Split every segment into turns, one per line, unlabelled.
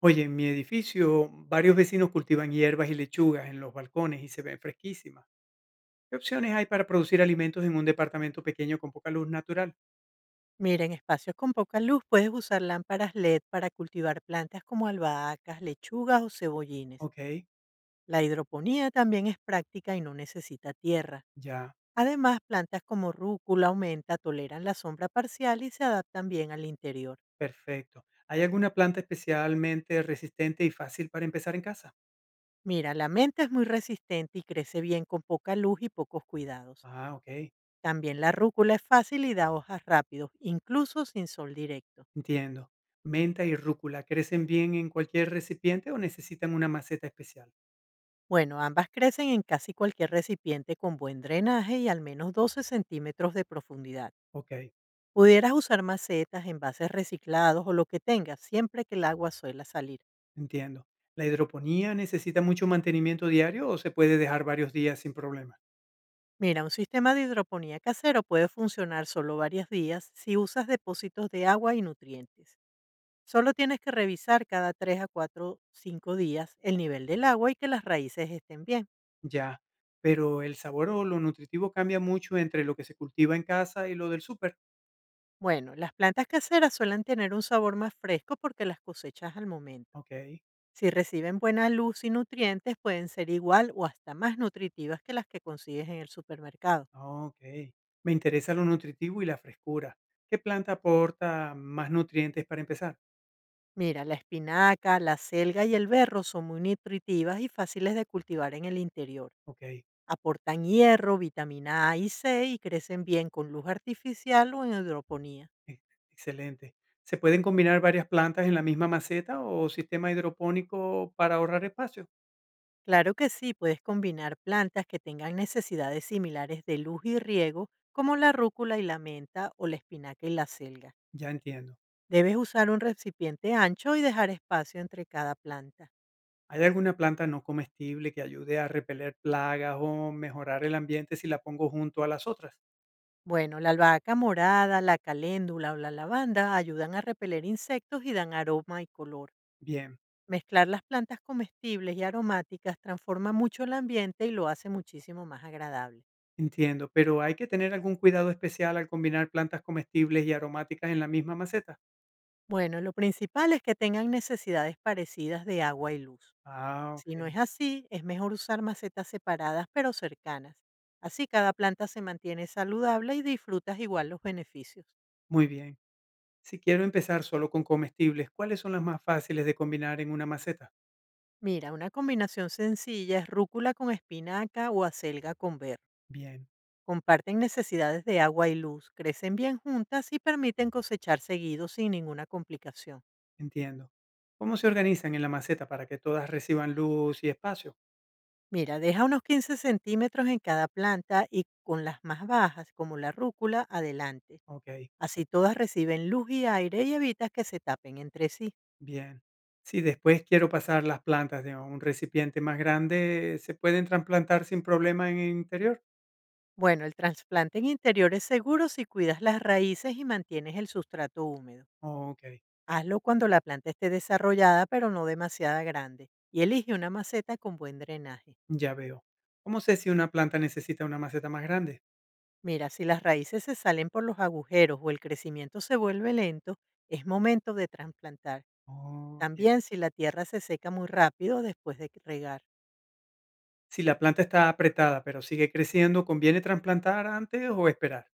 Oye, en mi edificio varios vecinos cultivan hierbas y lechugas en los balcones y se ven fresquísimas. ¿Qué opciones hay para producir alimentos en un departamento pequeño con poca luz natural?
Mira, en espacios con poca luz puedes usar lámparas LED para cultivar plantas como albahacas, lechugas o cebollines.
Ok,
La hidroponía también es práctica y no necesita tierra.
ya,
Además, plantas como rúcula o menta toleran la sombra parcial y se adaptan bien al interior.
perfecto. ¿Hay alguna planta especialmente resistente y fácil para empezar en casa?
Mira, la menta es muy resistente y crece bien con poca luz y pocos cuidados.
Ah, ok,
También la rúcula es fácil y da hojas rápido, incluso sin sol directo.
entiendo. Menta y rúcula, ¿crecen bien en cualquier recipiente o necesitan una maceta especial?
Bueno, ambas crecen en casi cualquier recipiente con buen drenaje y al menos 12 centímetros de profundidad.
Ok,
Pudieras usar macetas, envases reciclados o lo que tengas siempre que el agua suela salir.
entiendo. ¿La hidroponía necesita mucho mantenimiento diario o se puede dejar varios días sin problema?
Mira, un sistema de hidroponía casero puede funcionar solo varios días si usas depósitos de agua y nutrientes. Solo tienes que revisar cada 3 a 4, 5 días el nivel del agua y que las raíces estén bien.
Ya, pero el sabor o lo nutritivo cambia mucho entre lo que se cultiva en casa y lo del súper.
Bueno, las plantas caseras suelen tener un sabor más fresco porque las cosechas al momento.
Ok,
Si reciben buena luz y nutrientes, pueden ser igual o hasta más nutritivas que las que consigues en el supermercado.
ok. Me interesa lo nutritivo y la frescura. ¿Qué planta aporta más nutrientes para empezar?
Mira, la espinaca, la selga y el berro son muy nutritivas y fáciles de cultivar en el interior.
Ok,
Aportan hierro, vitamina A y C y crecen bien con luz artificial o en hidroponía.
ex- excelente. ¿Se pueden combinar varias plantas en la misma maceta o sistema hidropónico para ahorrar espacio?
Claro que sí, puedes combinar plantas que tengan necesidades similares de luz y riego, como la rúcula y la menta o la espinaca y la selga.
Ya entiendo.
Debes usar un recipiente ancho y dejar espacio entre cada planta.
¿Hay alguna planta no comestible que ayude a repeler plagas o mejorar el ambiente si la pongo junto a las otras?
Bueno, la albahaca morada, la caléndula o la lavanda ayudan a repeler insectos y dan aroma y color.
Bien.
Mezclar las plantas comestibles y aromáticas transforma mucho el ambiente y lo hace muchísimo más agradable.
Entiendo, pero ¿hay que tener algún cuidado especial al combinar plantas comestibles y aromáticas en la misma maceta?
Bueno, lo principal es que tengan necesidades parecidas de agua y luz.
Ah,
Si no
ok.
es así, es mejor usar macetas separadas pero cercanas. Así cada planta se mantiene saludable y disfrutas igual los beneficios.
Muy bien. Si quiero empezar solo con comestibles, ¿cuáles son las más fáciles de combinar en una maceta?
Mira, una combinación sencilla es rúcula con espinaca o acelga con ver.
Bien,
Comparten necesidades de agua y luz, crecen bien juntas y permiten cosechar seguido sin ninguna complicación.
entiendo. ¿Cómo se organizan en la maceta para que todas reciban luz y espacio?
Mira, deja unos 15 centímetros en cada planta y con las más bajas, como la rúcula, adelante.
Ok,
Así todas reciben luz y aire y evitas que se tapen entre sí.
bien. Si después quiero pasar las plantas de un recipiente más grande, ¿se pueden trasplantar sin problema en el interior?
Bueno, el trasplante en interior es seguro si cuidas las raíces y mantienes el sustrato húmedo.
Ok,
Hazlo cuando la planta esté desarrollada pero no demasiada grande y elige una maceta con buen drenaje.
ya veo. ¿Cómo sé si una planta necesita una maceta más grande?
Mira, si las raíces se salen por los agujeros o el crecimiento se vuelve lento, es momento de trasplantar.
Oh, bien.
También si la tierra se seca muy rápido después de regar.
Si la planta está apretada, pero sigue creciendo, ¿conviene trasplantar antes o esperar?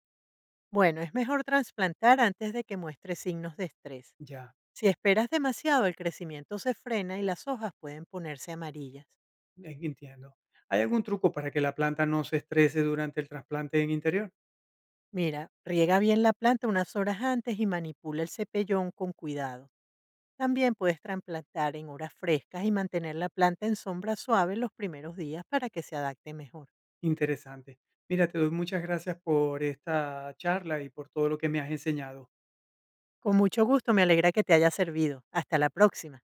Bueno, es mejor trasplantar antes de que muestre signos de estrés.
Ya,
Si esperas demasiado, el crecimiento se frena y las hojas pueden ponerse amarillas.
entiendo. ¿Hay algún truco para que la planta no se estrese durante el trasplante en interior?
Mira, riega bien la planta unas horas antes y manipula el cepellón con cuidado. También puedes trasplantar en horas frescas y mantener la planta en sombra suave los primeros días para que se adapte mejor.
Interesante. Mira, te doy muchas gracias por esta charla y por todo lo que me has enseñado.
Con mucho gusto, me alegra que te haya servido. Hasta la próxima.